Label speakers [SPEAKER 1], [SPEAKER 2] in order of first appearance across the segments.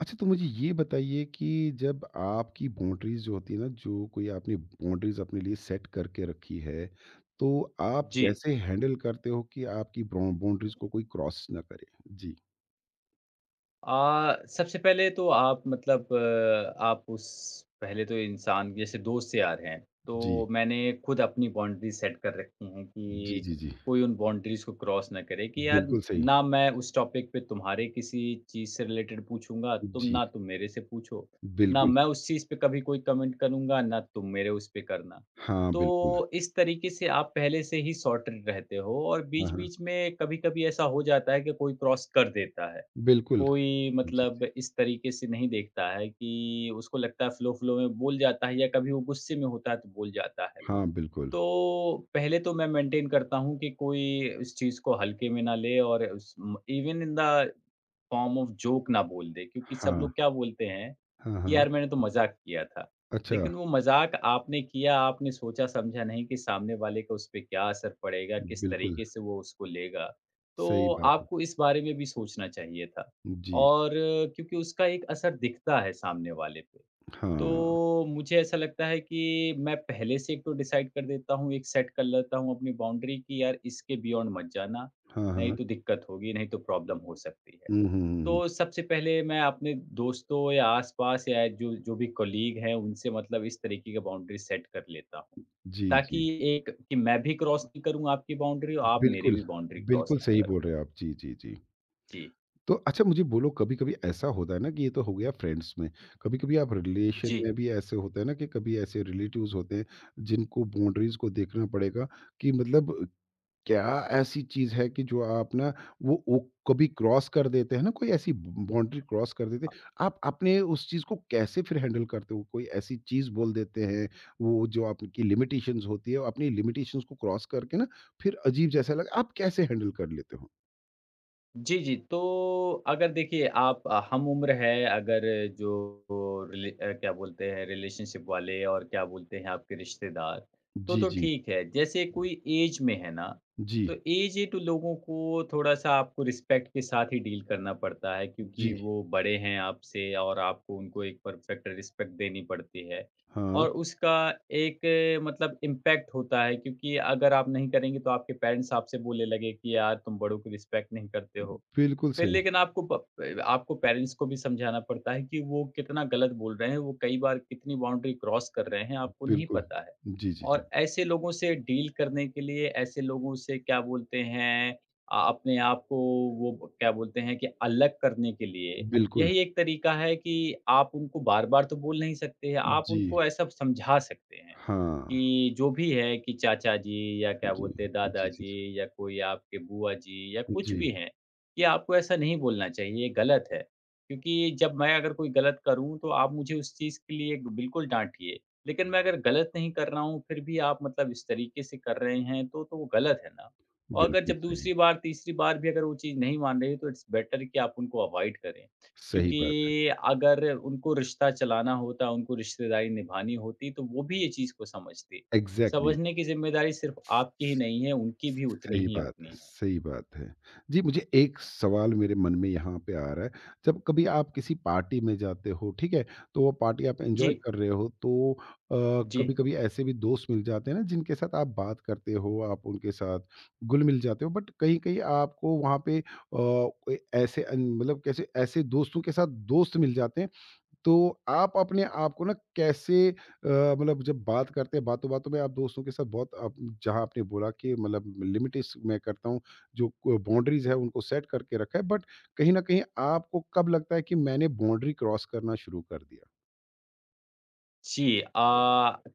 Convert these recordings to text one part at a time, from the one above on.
[SPEAKER 1] अच्छा, तो मुझे ये बताइए कि जब आपकी बाउंड्रीज जो होती है ना, जो कोई आपने बाउंड्रीज अपने लिए सेट करके रखी है, तो आप
[SPEAKER 2] जी।
[SPEAKER 1] कैसे हैंडल करते हो कि आपकी बाउंड्रीज को कोई क्रॉस ना करे। जी
[SPEAKER 2] सबसे पहले तो आप मतलब आप उस पहले तो इंसान जैसे दोस्त यार हैं,
[SPEAKER 1] जी
[SPEAKER 2] तो मैंने खुद अपनी बाउंड्री सेट कर रखी हैं
[SPEAKER 1] जी।
[SPEAKER 2] कि
[SPEAKER 1] जी जी।
[SPEAKER 2] कोई उन बाउंड्रीज़ को क्रॉस ना करे कि यार
[SPEAKER 1] बिल्कुल सही।
[SPEAKER 2] ना मैं उस टॉपिक पे तुम्हारे किसी चीज़ से रिलेटेड पूछूँगा, तुम
[SPEAKER 1] जी
[SPEAKER 2] ना तुम मेरे से पूछो, ना
[SPEAKER 1] बिल्कुल।
[SPEAKER 2] मैं उस चीज़ पे कभी कोई कमेंट करूँगा, ना तुम मेरे उस पे करना।
[SPEAKER 1] हाँ बिल्कुल।
[SPEAKER 2] तो इस तरीके से आप पहले से ही सॉर्टेड रहते हो और
[SPEAKER 1] हाँ हाँ
[SPEAKER 2] बीच-बीच में कभी-कभी ऐसा हो जाता है कि कोई क्रॉस कर देता है।
[SPEAKER 1] बिल्कुल।
[SPEAKER 2] कोई
[SPEAKER 1] जी
[SPEAKER 2] मतलब
[SPEAKER 1] जी,
[SPEAKER 2] इस तरीके से नहीं देखता है, कि उसको लगता है फ़्लो-फ़्लो में बोल जाता है, या कभी वो गुस्से में होता है तो बोल जाता है।
[SPEAKER 1] हाँ बिल्कुल।
[SPEAKER 2] तो पहले तो मैं मेंटेन करता हूँ कि कोई इस चीज़ को हल्के में ना ले, और उस even in the form of joke ना बोल दे, क्योंकि सब
[SPEAKER 1] हाँ
[SPEAKER 2] लोग क्या बोलते हैं
[SPEAKER 1] हाँ
[SPEAKER 2] कि
[SPEAKER 1] हाँ।
[SPEAKER 2] यार मैंने तो मजाक किया था।
[SPEAKER 1] अच्छा।
[SPEAKER 2] लेकिन वो मजाक आपने किया, आपने सोचा समझा नहीं कि सामने वाले का उस पे क्या असर पड़ेगा, किस
[SPEAKER 1] बिल्कुल
[SPEAKER 2] तरीके से वो उसको लेगा। तो
[SPEAKER 1] सही बात है।
[SPEAKER 2] आपको इस बारे में भी सोचना चाहिए था।
[SPEAKER 1] जी।
[SPEAKER 2] और क्योंकि उसका एक असर दिखता है सामने वाले पे।
[SPEAKER 1] हाँ
[SPEAKER 2] तो मुझे ऐसा लगता है कि मैं पहले से एक तो डिसाइड कर देता हूँ, एक सेट कर लेता हूँ अपनी बाउंड्री, कि यार इसके बियॉन्ड मत जाना,
[SPEAKER 1] हाँ
[SPEAKER 2] नहीं
[SPEAKER 1] हाँ।
[SPEAKER 2] तो दिक्कत होगी, नहीं तो प्रॉब्लम हो सकती है।
[SPEAKER 1] हम्म हम्म हम्म,
[SPEAKER 2] तो सबसे पहले मैं अपने दोस्तों या आस-पास या जो जो भी कलीग हैं, उनसे मतलब इस तरीके की बाउंड्री सेट कर लेता हूँ।
[SPEAKER 1] जी
[SPEAKER 2] ताकि
[SPEAKER 1] जी।
[SPEAKER 2] एक कि मैं भी क्रॉस नहीं करूँ आपकी बाउंड्री, और आप मेरी
[SPEAKER 1] बिल्कुल,
[SPEAKER 2] भी बाउंड्री क्रॉस
[SPEAKER 1] बिल्कुल
[SPEAKER 2] ना
[SPEAKER 1] सही
[SPEAKER 2] करो।
[SPEAKER 1] बोल रहे हैं आप। जी, जी, जी।
[SPEAKER 2] जी।
[SPEAKER 1] तो अच्छा, मुझे बोलो, कभी-कभी ऐसा होता है ना कि ये तो हो गया फ्रेंड्स में, कभी-कभी आप रिलेशन
[SPEAKER 2] जी।
[SPEAKER 1] में भी ऐसे होते हैं ना कि कभी ऐसे रिलेटिव्स होते हैं, जिनको बाउंड्रीज़ को देखना पड़ेगा कि मतलब क्या ऐसी चीज़ है कि जो आप ना वो कभी क्रॉस कर देते हैं ना, कोई ऐसी बाउंड्री क्रॉस कर देते हैं, आप अपने उस चीज़ को कैसे फिर हैंडल करते हो? कोई ऐसी चीज़ बोल देते हैं, वो जो आपकी लिमिटेशंस होती है, अपनी लिमिटेशंस को क्रॉस करके ना फिर अजीब जैसा लगा, आप कैसे हैंडल कर लेते हो?
[SPEAKER 2] जी, जी। तो अगर देखिए आप हम उम्र है, अगर जो क्या बोलते हैं रिलेशनशिप वाले और क्या बोलते हैं आपके रिश्तेदार, तो
[SPEAKER 1] जी,
[SPEAKER 2] तो
[SPEAKER 1] जी।
[SPEAKER 2] ठीक है। जैसे कोई ऐज में है ना,
[SPEAKER 1] जी,
[SPEAKER 2] तो ऐज्ड लोगों को थोड़ा-सा आपको रिस्पेक्ट के साथ ही डील करना पड़ता है, क्योंकि
[SPEAKER 1] जी।
[SPEAKER 2] वो बड़े हैं आपसे और आपको उनको एक परफेक्ट रिस्पेक्ट देनी पड़ती है।
[SPEAKER 1] हाँ,
[SPEAKER 2] और उसका एक मतलब इम्पैक्ट होता है, क्योंकि अगर आप नहीं करेंगे तो आपके पेरेंट्स आपसे बोलने लगे कि यार तुम बड़ों की रिस्पेक्ट नहीं करते हो।
[SPEAKER 1] बिल्कुल
[SPEAKER 2] फिर
[SPEAKER 1] सही,
[SPEAKER 2] लेकिन आपको पेरेंट्स को भी समझाना पड़ता है कि वो कितना गलत बोल रहे हैं, वो कई बार कितनी बाउंड्री क्रॉस कर रहे हैं, आपको नहीं
[SPEAKER 1] बिल्कुल।
[SPEAKER 2] पता है।
[SPEAKER 1] जी, जी, जी।
[SPEAKER 2] और ऐसे लोगों से डील करने के लिए, ऐसे लोगों से क्या बोलते हैं अपने आप को क्या बोलते हैं कि अलग करने के लिए,
[SPEAKER 1] बिल्कुल,
[SPEAKER 2] यही एक तरीका है कि आप उनको बार-बार तो बोल नहीं सकते हैं, आप
[SPEAKER 1] जी।
[SPEAKER 2] उनको ऐसा समझा सकते हैं
[SPEAKER 1] हाँ,
[SPEAKER 2] कि जो भी है, कि चाचा जी या क्या
[SPEAKER 1] जी।
[SPEAKER 2] बोलते हैं
[SPEAKER 1] जी, जी, जी।
[SPEAKER 2] दादाजी या कोई आपके बुआ जी या कुछ
[SPEAKER 1] जी,
[SPEAKER 2] भी हैं, कि आपको ऐसा नहीं बोलना चाहिए, ये गलत है। क्योंकि जब मैं अगर कोई गलत करूँ तो आप मुझे उस चीज़ के लिए बिल्कुल डाँटिए। लेकिन मैं अगर गलत नहीं कर रहा हूँ फिर भी आप मतलब इस तरीके से कर रहे हैं, तो वो गलत है ना। और अगर
[SPEAKER 1] बिल्कुल
[SPEAKER 2] जब
[SPEAKER 1] सही।
[SPEAKER 2] दूसरी बार, तीसरी बार भी अगर वो चीज़ नहीं मान रही है, तो इट्स बेटर कि आप उनको अवॉइड करें।
[SPEAKER 1] सही
[SPEAKER 2] क्योंकि
[SPEAKER 1] बात है।
[SPEAKER 2] अगर उनको रिश्ता चलाना होता, उनको रिश्तेदारी निभानी होती, तो वो भी ये चीज़ को समझती।
[SPEAKER 1] एग्ज़ैक्टली।
[SPEAKER 2] समझने की ज़िम्मेदारी सिर्फ़ आपकी ही नहीं है, उनकी भी उतनी
[SPEAKER 1] सही
[SPEAKER 2] ही
[SPEAKER 1] बात
[SPEAKER 2] उतनी
[SPEAKER 1] है,
[SPEAKER 2] है।
[SPEAKER 1] सही बात है। जी, मुझे एक सवाल मेरे मन में यहाँ पे आ रहा है, जब कभी आप किसी पार्टी में जाते हो, ठीक है? तो वो पार्टी आप एन्जॉय
[SPEAKER 2] जी,
[SPEAKER 1] कर रहे हो, तो अ,
[SPEAKER 2] जी।
[SPEAKER 1] कभी-कभी ऐसे भी दोस्त मिल जाते हैं ना, जिनके साथ आप बात करते हो, आप उनके साथ घुल-मिल जाते हो, बट कहीं-कहीं आपको वहाँ पे कोई ऐसे अन मतलब कैसे ऐसे दोस्तों के साथ दोस्त मिल जाते हैं तो आप अपने आप को ना कैसे मतलब जब बात करते हैं बातों-बातों में आप दोस्तों के साथ बहुत आप जहाँ आपने बोला कि मतलब लिमिटेस मैं करता हूँ, जो क बाउंड्रीज़ है उनको सेट करके रखा है, बट कहीं न कहीं आपको कब लगता है कि मैंने बाउंड्री क्रॉस करना शुरू कर दिया?
[SPEAKER 2] जी,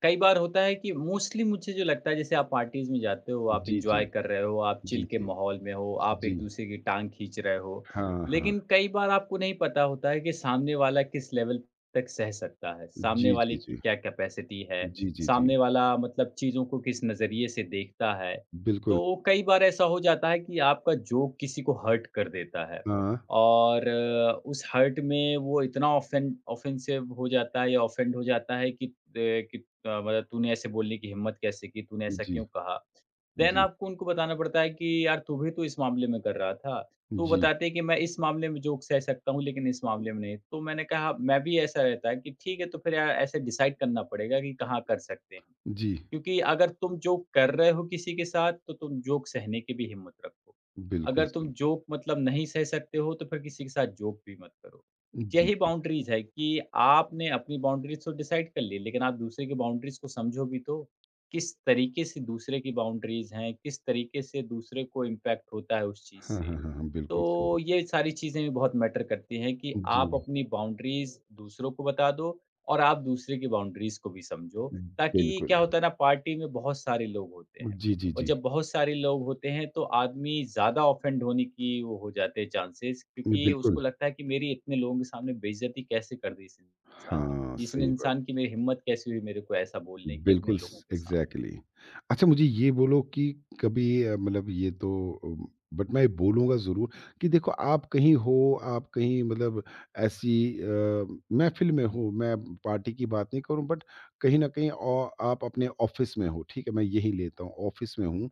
[SPEAKER 2] कई बार होता है कि मोस्टली मुझे जो लगता है, जैसे आप पार्टीज़ में जाते हो, आप
[SPEAKER 1] जी, जी।
[SPEAKER 2] एन्जॉय कर रहे हो, आप
[SPEAKER 1] जी,
[SPEAKER 2] चिल के
[SPEAKER 1] जी।
[SPEAKER 2] माहौल में हो, आप
[SPEAKER 1] जी।
[SPEAKER 2] एक-दूसरे की टाँग खींच रहे हो।
[SPEAKER 1] हाँ, हाँ।
[SPEAKER 2] लेकिन कई बार आपको नहीं पता होता है कि सामने वाला किस लेवल तक सह सकता है, सामने
[SPEAKER 1] जी, जी,
[SPEAKER 2] वाले की
[SPEAKER 1] जी।
[SPEAKER 2] क्या कैपेसिटी है,
[SPEAKER 1] जी, जी, जी।
[SPEAKER 2] सामने वाला मतलब चीज़ों को किस नज़रिए से देखता है।
[SPEAKER 1] बिल्कुल।
[SPEAKER 2] तो कई बार ऐसा हो जाता है कि आपका जोक किसी को हर्ट कर देता है।
[SPEAKER 1] हाँ।
[SPEAKER 2] और उस हर्ट में वो इतना ऑफेन ऑफेंसिव हो जाता है या ऑफेंड हो जाता है कि मतलब तूने ऐसे बोलने की हिम्मत कैसे की? तूने ऐसा
[SPEAKER 1] जी,
[SPEAKER 2] क्यों कहा? देन
[SPEAKER 1] जी।
[SPEAKER 2] आपको उनको बताना पड़ता है कि यार तू भी तो इस मामले में कर रहा था। तो वो
[SPEAKER 1] जी,
[SPEAKER 2] बताते हैं कि मैं इस मामले में जोक सह सकता हूँ, लेकिन इस मामले में नहीं। तो मैंने कहा, मैं भी ऐसा रहता है कि ठीक है, तो फिर यार ऐसे डिसाइड करना पड़ेगा कि कहाँ कर सकते हैं।
[SPEAKER 1] जी।
[SPEAKER 2] क्योंकि अगर तुम जोक कर रहे हो किसी के साथ, तो तुम जोक सहने की भी हिम्मत रखो।
[SPEAKER 1] बिल्कुल
[SPEAKER 2] अगर तुम
[SPEAKER 1] सही।
[SPEAKER 2] जोक मतलब नहीं सह सकते हो, तो फिर किसी के साथ जोक भी मत करो।
[SPEAKER 1] जी,
[SPEAKER 2] यही
[SPEAKER 1] जी।
[SPEAKER 2] बाउंड्रीज़ है कि आपने अपनी बाउंड्रीज़ तो डिसाइड कर ली, लेकिन आप दूसरे की बाउंड्रीज़ को समझो भी तो। किस तरीके से दूसरे की बाउंड्रीज़ हैं, किस तरीके से दूसरे को इम्पैक्ट होता है उस चीज़
[SPEAKER 1] हाँ,
[SPEAKER 2] से।
[SPEAKER 1] हाँ, हाँ, हाँ। बिल्कुल सही।
[SPEAKER 2] तो ये सारी चीज़ें भी बहुत मैटर करती हैं कि आप
[SPEAKER 1] जी,
[SPEAKER 2] अपनी बाउंड्रीज़ दूसरों को बता दो और आप दूसरे की बाउंड्रीज़ को भी समझो। ताकि
[SPEAKER 1] बिल्कुल।
[SPEAKER 2] क्या होता है ना, पार्टी में बहुत सारे लोग होते हैं
[SPEAKER 1] जी, जी,
[SPEAKER 2] और
[SPEAKER 1] जी।
[SPEAKER 2] जब बहुत सारे लोग होते हैं, तो आदमी ज़्यादा ऑफेंड होने की वो हो जाते हैं चांसेस,
[SPEAKER 1] जी,
[SPEAKER 2] क्योंकि
[SPEAKER 1] बिल्कुल।
[SPEAKER 2] उसको लगता है कि मेरी इतने लोगों के सामने बेइज्जती कैसे कर दी इस इंसान ने,
[SPEAKER 1] हाँ,
[SPEAKER 2] इस
[SPEAKER 1] सही बात।
[SPEAKER 2] इंसान की मेरी हिम्मत कैसे हुई मेरे को ऐसा बोलने की इतने
[SPEAKER 1] बिल्कुल
[SPEAKER 2] लोगों
[SPEAKER 1] स
[SPEAKER 2] के सामने?
[SPEAKER 1] एग्ज़ैक्टली। अच्छा, मुझे ये बोलो कि कभी मतलब ये तो अम, बट मैं बोलूँगा ज़रूर कि देखो आप कहीं हो, आप कहीं मतलब ऐसी अ, महफ़िल में हो, मैं पार्टी की बात नहीं करूँ बट कहीं न कहीं औ आप अपने ऑफ़िस में हो, ठीक है? मैं यही लेता हूँ, ऑफ़िस में हूँ,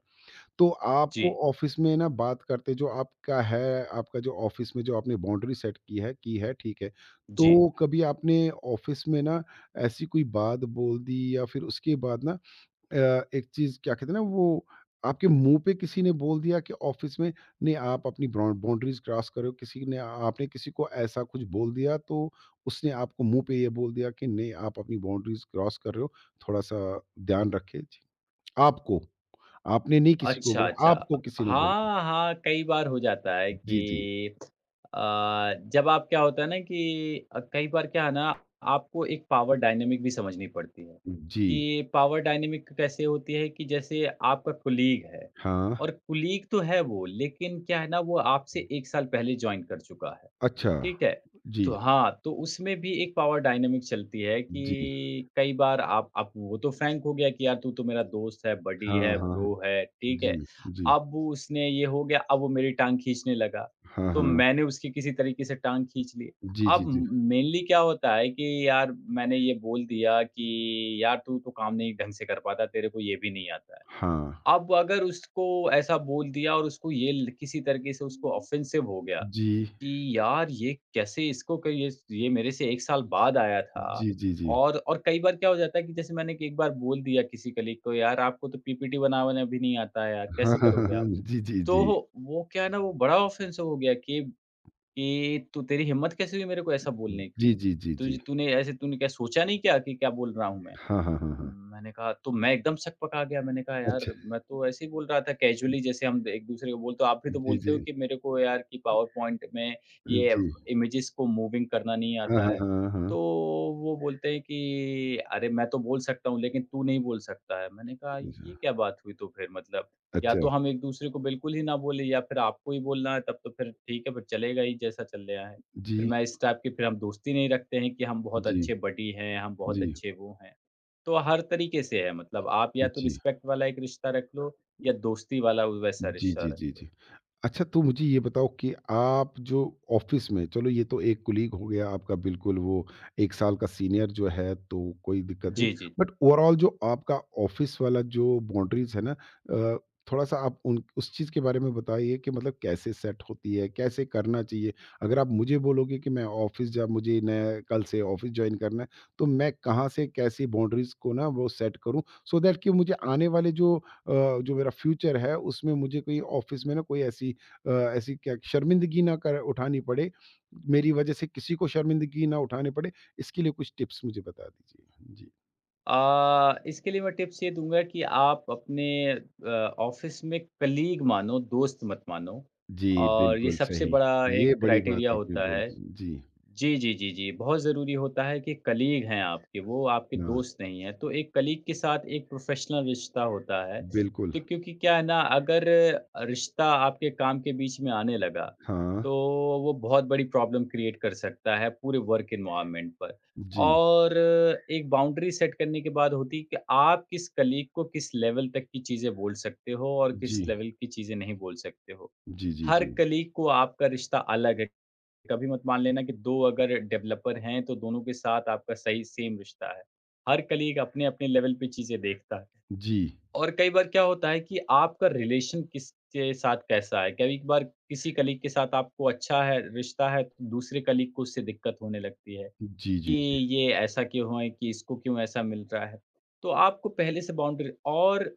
[SPEAKER 1] तो आपको
[SPEAKER 2] जी,
[SPEAKER 1] ऑफिस में ना बात करते जो आपका है, आपका जो ऑफिस में जो आपने बाउंड्री सेट की है, ठीक है।
[SPEAKER 2] जी।
[SPEAKER 1] तो कभी आपने ऑफिस में ना ऐसी कोई बात बोल दी या फिर उसके बाद ना एक चीज़ क्या कहते हैं ना वो आपके मुँह पे किसी ने बोल दिया कि ऑफिस में नहीं, आप अपनी ब्राउ बाउंड्रीज़ क्रॉस करो, किसी ने आपने किसी को ऐसा कुछ बोल दिया, तो उसने आपको मुँह पे ये बोल दिया कि नहीं, आप अपनी बाउंड्रीज़ क्रॉस कर रहे हो, थोड़ा-सा ध्यान रखें? जी, आपको। आपने नहीं किसी को
[SPEAKER 2] अच्छा,
[SPEAKER 1] बोला,
[SPEAKER 2] अच्छा।
[SPEAKER 1] आपको किसी ने बोला।
[SPEAKER 2] हाँ, हाँ, कई बार हो जाता है
[SPEAKER 1] जी, जी।
[SPEAKER 2] कि अ, जब आप क्या होता है ना कि कई बार क्या है ना, आपको एक पावर डायनामिक भी समझनी पड़ती है,
[SPEAKER 1] जी।
[SPEAKER 2] कि पावर डायनामिक कैसे होती है, कि जैसे आपका कोलीग है
[SPEAKER 1] हाँ।
[SPEAKER 2] और कोलीग तो है वो, लेकिन क्या है ना, वो आपसे 1 साल पहले जॉइन कर चुका है।
[SPEAKER 1] अच्छा।
[SPEAKER 2] ठीक है। तो
[SPEAKER 1] जी,
[SPEAKER 2] हाँ, तो उसमें भी एक पावर डायनामिक चलती है
[SPEAKER 1] जी।
[SPEAKER 2] कि कई बार आप वो तो फ्रैंक हो गया कि यार तू तो मेरा दोस्त है, बडी
[SPEAKER 1] हाँ,
[SPEAKER 2] है,
[SPEAKER 1] हाँ,
[SPEAKER 2] ब्रो
[SPEAKER 1] हाँ।
[SPEAKER 2] है, ठीक है।
[SPEAKER 1] जी, जी।
[SPEAKER 2] अब वो उसने ये हो गया, अब वो मेरी टाँग खींचने लगा,
[SPEAKER 1] हाँ,
[SPEAKER 2] तो
[SPEAKER 1] हाँ।
[SPEAKER 2] मैंने उसकी किसी तरीके से टाँग खींच ली।
[SPEAKER 1] जी, जी,
[SPEAKER 2] अब
[SPEAKER 1] जी।
[SPEAKER 2] मेनली क्या होता है कि यार मैंने ये बोल दिया कि यार तू तो काम नहीं ढंग से कर पाता, तेरे को ये भी नहीं आता है।
[SPEAKER 1] हाँ।
[SPEAKER 2] अब अगर उसको ऐसा बोल दिया और उसको ये ल किसी तरीके से उसको ऑफ़ेंसिव हो गया,
[SPEAKER 1] जी।
[SPEAKER 2] कि यार ये कैसे इसको क ये मेरे से 1 साल बाद आया था।
[SPEAKER 1] जी, जी, जी।
[SPEAKER 2] और कई बार क्या हो जाता है कि जैसे मैंने एक बार बोल दिया किसी कलीग को, यार आपको तो पीपीटी बनाना भी नहीं आता है यार,
[SPEAKER 1] हाँ,
[SPEAKER 2] कैसे
[SPEAKER 1] हाँ, हाँ,
[SPEAKER 2] करोगे
[SPEAKER 1] हाँ।
[SPEAKER 2] आप?
[SPEAKER 1] जी, जी,
[SPEAKER 2] तो
[SPEAKER 1] जी।
[SPEAKER 2] वो क्या है ना, वो बड़ा ऑफेंस हो गया कि तू तेरी हिम्मत कैसे हुई मेरे को ऐसा बोलने
[SPEAKER 1] जी,
[SPEAKER 2] की?
[SPEAKER 1] जी, जी, जी।
[SPEAKER 2] तुझे तूने ऐसे तूने क्या सोचा नहीं क्या कि क्या बोल रहा हूँ मैं?
[SPEAKER 1] हाँ, हाँ, हाँ, हाँ।
[SPEAKER 2] मैंने कहा तो मैं एकदम शक पका गया, मैंने कहा यार
[SPEAKER 1] अच्छा।
[SPEAKER 2] मैं तो ऐसे ही बोल रहा था कैज़ुअली, जैसे हम एक-दूसरे को बोलते हो, आप भी तो
[SPEAKER 1] जी,
[SPEAKER 2] बोलते हो
[SPEAKER 1] जी।
[SPEAKER 2] कि मेरे को यार कि पावर पॉइंट में ये
[SPEAKER 1] जी।
[SPEAKER 2] इमेजेस को मूविंग करना नहीं
[SPEAKER 1] हाँ, हाँ,
[SPEAKER 2] आता है।
[SPEAKER 1] हाँ,
[SPEAKER 2] तो
[SPEAKER 1] हाँ।
[SPEAKER 2] वो बोलते हैं कि अरे मैं तो बोल सकता हूँ, लेकिन तू नहीं बोल सकता है। मैंने कहा
[SPEAKER 1] अच्छा।
[SPEAKER 2] ये क्या बात हुई, तो फिर मतलब या
[SPEAKER 1] अच्छा।
[SPEAKER 2] तो हम एक-दूसरे को बिल्कुल ही ना बोले, या फिर आपको ही बोलना है, तब तो फिर ठीक है, फिर चलेगा ही जैसा चल रहा है। फिर
[SPEAKER 1] जी,
[SPEAKER 2] मैं इस टाइप की फिर हम दोस्ती नहीं रखते हैं कि हम बहुत
[SPEAKER 1] जी,
[SPEAKER 2] अच्छे बडी हैं, हम बहुत
[SPEAKER 1] जी,
[SPEAKER 2] अच्छे वो हैं। तो हर तरीके से है मतलब आप या तो
[SPEAKER 1] जी।
[SPEAKER 2] रिस्पेक्ट वाला एक रिश्ता रख लो, या दोस्ती वाला वैसा
[SPEAKER 1] जी,
[SPEAKER 2] रिश्ता
[SPEAKER 1] जी, जी,
[SPEAKER 2] रख
[SPEAKER 1] जी।
[SPEAKER 2] लो।
[SPEAKER 1] जी, अच्छा तो मुझे ये बताओ कि आप जो ऑफिस में, चलो ये तो एक कुलीग हो गया आपका, बिल्कुल वो 1 साल का सीनियर जो है तो कोई दिक्कत नहीं।
[SPEAKER 2] जी, जी।
[SPEAKER 1] बट ओवरऑल जो आपका ऑफिस वाला जो बाउंड्रीज़ है ना, अ, थोड़ा-सा आप उन उस चीज़ के बारे में बताइए कि मतलब कैसे सेट होती है? कैसे करना चाहिए? अगर आप मुझे बोलोगे कि मैं ऑफिस जा मुझे नया कल से ऑफिस जॉइन करना है, तो मैं कहाँ से कैसी बाउंड्रीज़ को ना वो सेट करूँ सो दैट कि मुझे आने वाले जो जो मेरा फ्यूचर है उसमें मुझे कोई ऑफिस में ना कोई ऐसी अ, ऐसी क्या शर्मिंदगी ना कर उठानी पड़े, मेरी वजह से किसी को शर्मिंदगी ना उठानी पड़े, इसके लिए कुछ टिप्स मुझे बता दीजिए? जी।
[SPEAKER 2] इसके लिए मैं टिप्स ये दूँगा कि आप अपने अ, ऑफ़िस में कलीग मानो, दोस्त मत मानो।
[SPEAKER 1] जी,
[SPEAKER 2] और ये
[SPEAKER 1] बिल्कुल
[SPEAKER 2] सबसे
[SPEAKER 1] सही।
[SPEAKER 2] बड़ा
[SPEAKER 1] ये
[SPEAKER 2] एक
[SPEAKER 1] बड़ी
[SPEAKER 2] क्राइटेरिया
[SPEAKER 1] बात आपने
[SPEAKER 2] होता
[SPEAKER 1] बोल
[SPEAKER 2] है।
[SPEAKER 1] दी। जी,
[SPEAKER 2] जी, जी, जी, जी। बहुत ज़रूरी होता है कि कलीग हैं आपके, वो आपके
[SPEAKER 1] हाँ,
[SPEAKER 2] दोस्त नहीं हैं। तो एक कलीग के साथ एक प्रोफ़ेशनल रिश्ता होता है।
[SPEAKER 1] बिल्कुल।
[SPEAKER 2] तो क्योंकि क्या है ना, अगर रिश्ता आपके काम के बीच में आने लगा,
[SPEAKER 1] हाँ,
[SPEAKER 2] तो वो बहुत बड़ी प्रॉब्लम क्रिएट कर सकता है पूरे वर्क एनवायरनमेंट पर।
[SPEAKER 1] जी,
[SPEAKER 2] और एक बाउंड्री सेट करने के बाद होती है कि आप किस कलीग को किस लेवल तक की चीज़ें बोल सकते हो और किस
[SPEAKER 1] जी,
[SPEAKER 2] लेवल की चीज़ें नहीं बोल सकते हो।
[SPEAKER 1] जी, जी,
[SPEAKER 2] हर
[SPEAKER 1] जी।
[SPEAKER 2] कलीग को आपका रिश्ता अलग है। कभी मत मान लेना कि 2 अगर डेवलपर हैं, तो दोनों के साथ आपका सही सेम रिश्ता है। हर कलीग अपने-अपने लेवल पे चीज़ें देखता है
[SPEAKER 1] जी,
[SPEAKER 2] और कई बार क्या होता है कि आपका रिलेशन किसके साथ कैसा है? कभी कभार किसी कलीग के साथ आपको अच्छा है रिश्ता है, तो दूसरे कलीग को उससे दिक्कत होने लगती है
[SPEAKER 1] जी,
[SPEAKER 2] कि
[SPEAKER 1] जी, जी,
[SPEAKER 2] ये ऐसा क्यों है, कि इसको क्यों ऐसा मिल रहा है? तो आपको पहले से बाउंड्री, और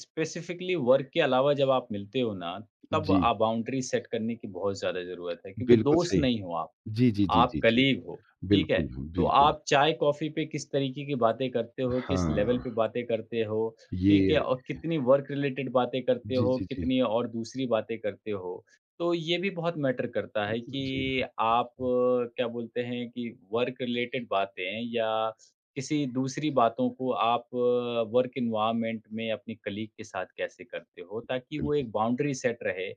[SPEAKER 2] स्पेसिफ़िकली वर्क के अलावा जब आप मिलते हो ना, तब
[SPEAKER 1] जी,
[SPEAKER 2] आप बाउंड्री सेट करने की बहुत ज़्यादा ज़रूरत है, क्योंकि
[SPEAKER 1] बिल्कुल
[SPEAKER 2] दोस्त
[SPEAKER 1] सही।
[SPEAKER 2] नहीं हो आप।
[SPEAKER 1] जी, जी, जी,
[SPEAKER 2] आप
[SPEAKER 1] जी, जी,
[SPEAKER 2] कलीग हो, ठीक है?
[SPEAKER 1] बिल्कुल,
[SPEAKER 2] तो
[SPEAKER 1] बिल्कुल।
[SPEAKER 2] आप चाय-कॉफ़ी पे किस तरीके की बातें करते हो, किस लेवल
[SPEAKER 1] हाँ,
[SPEAKER 2] पे बातें करते हो, ठीक है?
[SPEAKER 1] ये
[SPEAKER 2] और कितनी वर्क रिलेटेड बातें करते
[SPEAKER 1] जी,
[SPEAKER 2] हो,
[SPEAKER 1] जी, जी,
[SPEAKER 2] कितनी और दूसरी बातें करते हो? तो ये भी बहुत मैटर करता है कि
[SPEAKER 1] जी,
[SPEAKER 2] आप क्या बोलते हैं कि वर्क रिलेटेड बातें या किसी दूसरी बातों को आप वर्क एनवायरनमेंट में अपने कलीग के साथ कैसे करते हो? ताकि वो
[SPEAKER 1] बिल्कुल।
[SPEAKER 2] एक बाउंड्री सेट रहे,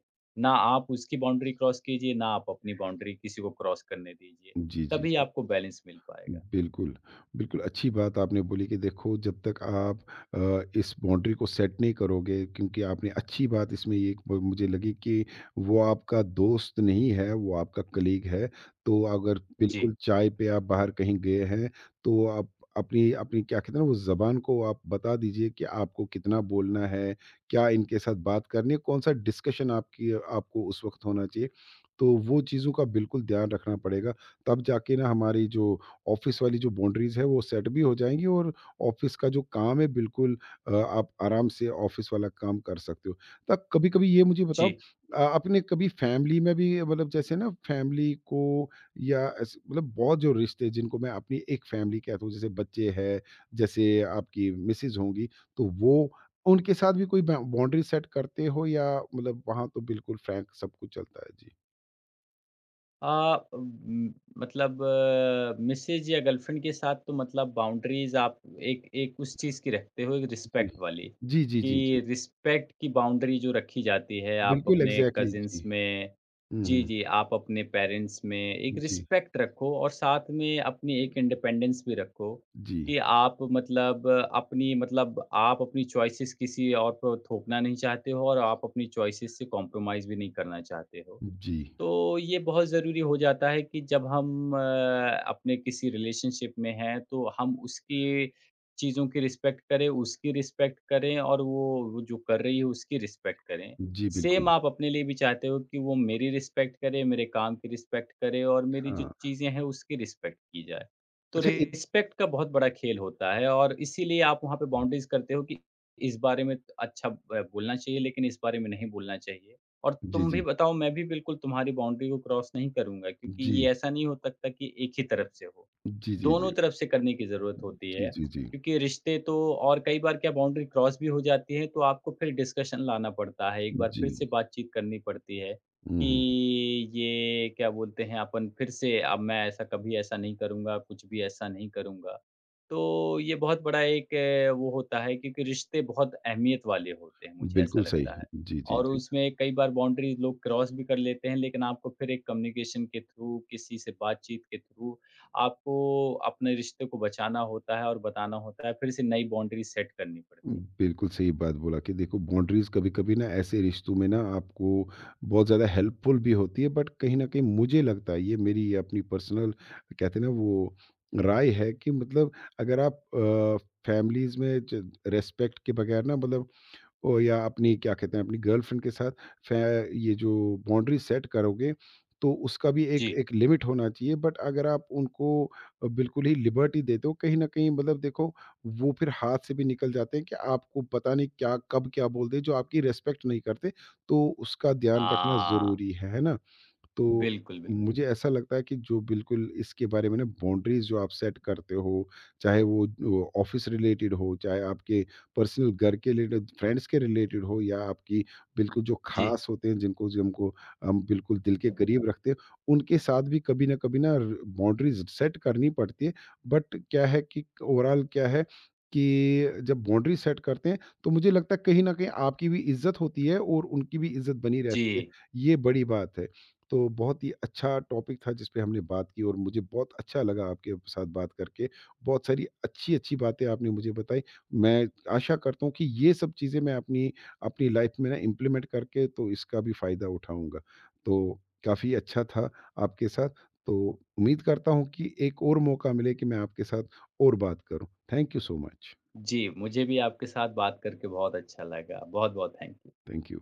[SPEAKER 2] ना आप उसकी बाउंड्री क्रॉस कीजिए, ना आप अपनी बाउंड्री किसी को क्रॉस करने दीजिए।
[SPEAKER 1] जी, जी।
[SPEAKER 2] तभी आपको बैलेंस मिल पाएगा।
[SPEAKER 1] बिल्कुल, बिल्कुल अच्छी बात आपने बोली कि देखो जब तक आप इस बाउंड्री को सेट नहीं करोगे, क्योंकि आपने अच्छी बात इसमें ये एक ब मुझे लगी कि वो आपका दोस्त नहीं है, वो आपका कलीग है। तो अगर
[SPEAKER 2] जी,
[SPEAKER 1] बिल्कुल चाय पे आप बाहर कहीं गए हैं, तो आप अपनी अपनी क्या कहते हैं ना, वो ज़बान को आप बता दीजिए कि आपको कितना बोलना है, क्या इनके साथ बात करनी है, कौन-सा डिस्कशन आपकी आपको उस वक़्त होना चाहिए। तो वो चीज़ों का बिल्कुल ध्यान रखना पड़ेगा, तब जाके ना हमारी जो ऑफिस वाली जो बाउंड्रीज़ है वो सेट भी हो जाएँगी और ऑफिस का जो काम है बिल्कुल आप आराम से ऑफिस वाला काम कर सकते हो। तब कभी-कभी ये मुझे बताओ
[SPEAKER 2] जी।
[SPEAKER 1] आपने कभी फैमिली में भी मतलब जैसे ना फैमिली को या ऐसे मतलब बहुत जो रिश्ते जिनको मैं अपनी एक फैमिली कहता हूँ, जैसे बच्चे हैं, जैसे आपकी मिसेज़ होंगी, तो वो उनके साथ भी कोई बा बाउंड्री सेट करते हो या मतलब वहाँ तो बिल्कुल फ्रैंक सब कुछ चलता है? जी।
[SPEAKER 2] अ, मतलब मिसेज़ या गर्लफ्रेंड के साथ तो मतलब बाउंड्रीज़ आप एक एक उस चीज़ की रखते हो, एक
[SPEAKER 1] जी।
[SPEAKER 2] रिस्पेक्ट वाली,
[SPEAKER 1] जी, जी,
[SPEAKER 2] कि
[SPEAKER 1] जी, जी।
[SPEAKER 2] रिस्पेक्ट की बाउंड्री जो रखी जाती है, आप
[SPEAKER 1] बिल्कुल
[SPEAKER 2] अपने
[SPEAKER 1] एग्ज़ैक्टली
[SPEAKER 2] कज़िन्स
[SPEAKER 1] जी।
[SPEAKER 2] में,
[SPEAKER 1] हुँ,
[SPEAKER 2] जी,
[SPEAKER 1] हुँ।
[SPEAKER 2] जी, आप अपने पेरेंट्स में एक
[SPEAKER 1] जी,
[SPEAKER 2] रिस्पेक्ट रखो और साथ में अपनी एक इंडिपेंडेंस भी रखो,
[SPEAKER 1] जी,
[SPEAKER 2] कि आप मतलब अपनी मतलब आप अपनी चॉइसेस किसी और पर थोपना नहीं चाहते हो और आप अपनी चॉइसेस से कॉम्प्रोमाइज़ भी नहीं करना चाहते हो।
[SPEAKER 1] जी,
[SPEAKER 2] तो ये बहुत ज़रूरी हो जाता है कि जब हम अपने किसी रिलेशनशिप में हैं, तो हम उसकी चीज़ों की रिस्पेक्ट करें, उसकी रिस्पेक्ट करें, और वो जो कर रही है, उसकी रिस्पेक्ट करें।
[SPEAKER 1] जी, बिल्कुल,
[SPEAKER 2] सेम आप अपने लिए भी चाहते हो कि वो मेरी रिस्पेक्ट करे, मेरे काम की रिस्पेक्ट करे और मेरी जो
[SPEAKER 1] हाँ।
[SPEAKER 2] चीज़ें हैं, उसकी रिस्पेक्ट की जाए। तो
[SPEAKER 1] अच्छा एक
[SPEAKER 2] रिस्पेक्ट का बहुत बड़ा खेल होता है और इसीलिए आप वहाँ पे बाउंड्रीज़ करते हो कि इस बारे में अच्छा ब बोलना चाहिए, लेकिन इस बारे में नहीं बोलना चाहिए। और
[SPEAKER 1] जी,
[SPEAKER 2] तुम भी
[SPEAKER 1] जी,
[SPEAKER 2] बताओ, मैं भी बिल्कुल तुम्हारी बाउंड्री को क्रॉस नहीं करूँगा, क्योंकि
[SPEAKER 1] जी,
[SPEAKER 2] ये ऐसा नहीं हो सकता कि एक ही तरफ से हो।
[SPEAKER 1] जी, जी, जी,
[SPEAKER 2] दोनों तरफ से करने की ज़रूरत होती
[SPEAKER 1] जी,
[SPEAKER 2] है
[SPEAKER 1] जी, जी,
[SPEAKER 2] क्योंकि रिश्ते तो, और कई बार क्या बाउंड्री क्रॉस भी हो जाती है, तो आपको फिर डिस्कशन लाना पड़ता है, एक बार
[SPEAKER 1] जी।
[SPEAKER 2] फिर से बातचीत करनी पड़ती है
[SPEAKER 1] हुँ,
[SPEAKER 2] कि
[SPEAKER 1] हुँ,
[SPEAKER 2] ये क्या बोलते हैं, अपन फिर से, अब मैं ऐसा कभी ऐसा नहीं करूँगा, कुछ भी ऐसा नहीं करूँगा। तो ये बहुत बड़ा एक वो होता है क्योंकि रिश्ते बहुत अहमियत वाले होते हैं,
[SPEAKER 1] हुँ,
[SPEAKER 2] मुझे ऐसा
[SPEAKER 1] बिल्कुल सही।
[SPEAKER 2] लगता है।
[SPEAKER 1] जी, जी,
[SPEAKER 2] और
[SPEAKER 1] जी।
[SPEAKER 2] उसमें कई बार बाउंड्रीज़ लोग क्रॉस भी कर लेते हैं, लेकिन आपको फिर एक कम्युनिकेशन के थ्रू, किसी से बातचीत के थ्रू आपको अपने रिश्ते को बचाना होता है और बताना होता है, फिर से नई बाउंड्री सेट करनी पड़ती है।
[SPEAKER 1] बिल्कुल सही बात बोला कि देखो बाउंड्रीज़ कभी-कभी ना ऐसे रिश्तों में ना आपको बहुत ज़्यादा हेल्पफुल भी होती है, बट कहीं न कहीं मुझे लगता है, ये मेरी अपनी पर्सनल कहते हैं ना वो राय है कि मतलब अगर आप फैमिलीज़ में ज रिस्पेक्ट के बगैर ना मतलब ओ या अपनी क्या कहते हैं अपनी गर्लफ्रेंड के साथ फै ये जो बाउंड्री सेट करोगे, तो उसका भी एक
[SPEAKER 2] जी।
[SPEAKER 1] एक लिमिट होना चाहिए, बट अगर आप उनको बिल्कुल ही लिबर्टी दे दो, कहीं न कहीं मतलब देखो वो फिर हाथ से भी निकल जाते हैं कि आपको पता नहीं क्या, कब क्या बोल दे, जो आपकी रिस्पेक्ट नहीं करते, तो उसका ध्यान रखना
[SPEAKER 2] हाँ,
[SPEAKER 1] ज़रूरी है ना? तो
[SPEAKER 2] बिल्कुल, बिल्कुल।
[SPEAKER 1] मुझे ऐसा लगता है कि जो बिल्कुल इसके बारे में ना बाउंड्रीज जो आप सेट करते हो, चाहे वो ऑफ़िस रिलेटेड हो, चाहे आपके पर्सनल घर के रिलेटेड, फ्रेंड्स के रिलेटेड हो या आपकी बिल्कुल जो
[SPEAKER 2] जी,
[SPEAKER 1] ख़ास होते हैं, जिनको जिनको हम बिल्कुल दिल के करीब रखते हैं, उनके साथ भी कभी न कभी ना र बाउंड्रीज सेट करनी पड़ती है। बट क्या है कि ओवरॉल क्या है कि जब बाउंड्री सेट करते हैं, तो मुझे लगता है कहीं न कहीं आपकी भी इज़्ज़त होती है और उनकी भी इज़्ज़त बनी रहती है।
[SPEAKER 2] जी,
[SPEAKER 1] ये बड़ी बात है। तो बहुत ही अच्छा टॉपिक था जिस पे हमने बात की और मुझे बहुत अच्छा लगा आपके साथ बात करके। बहुत सारी अच्छी-अच्छी बातें आपने मुझे बताई। मैं आशा करता हूँ कि ये सब चीज़ें मैं अपनी अपनी लाइफ़ में ना इम्प्लीमेंट करके तो इसका भी फ़ायदा उठाऊँगा। तो काफ़ी अच्छा था आपके साथ। तो उम्मीद करता हूँ कि एक और मौका मिले कि मैं आपके साथ और बात करूँ। Thank you so much.
[SPEAKER 2] जी, मुझे भी आपके साथ बात करके बहुत अच्छा लगा। बहुत-बहुत थैंक यू।
[SPEAKER 1] Thank you.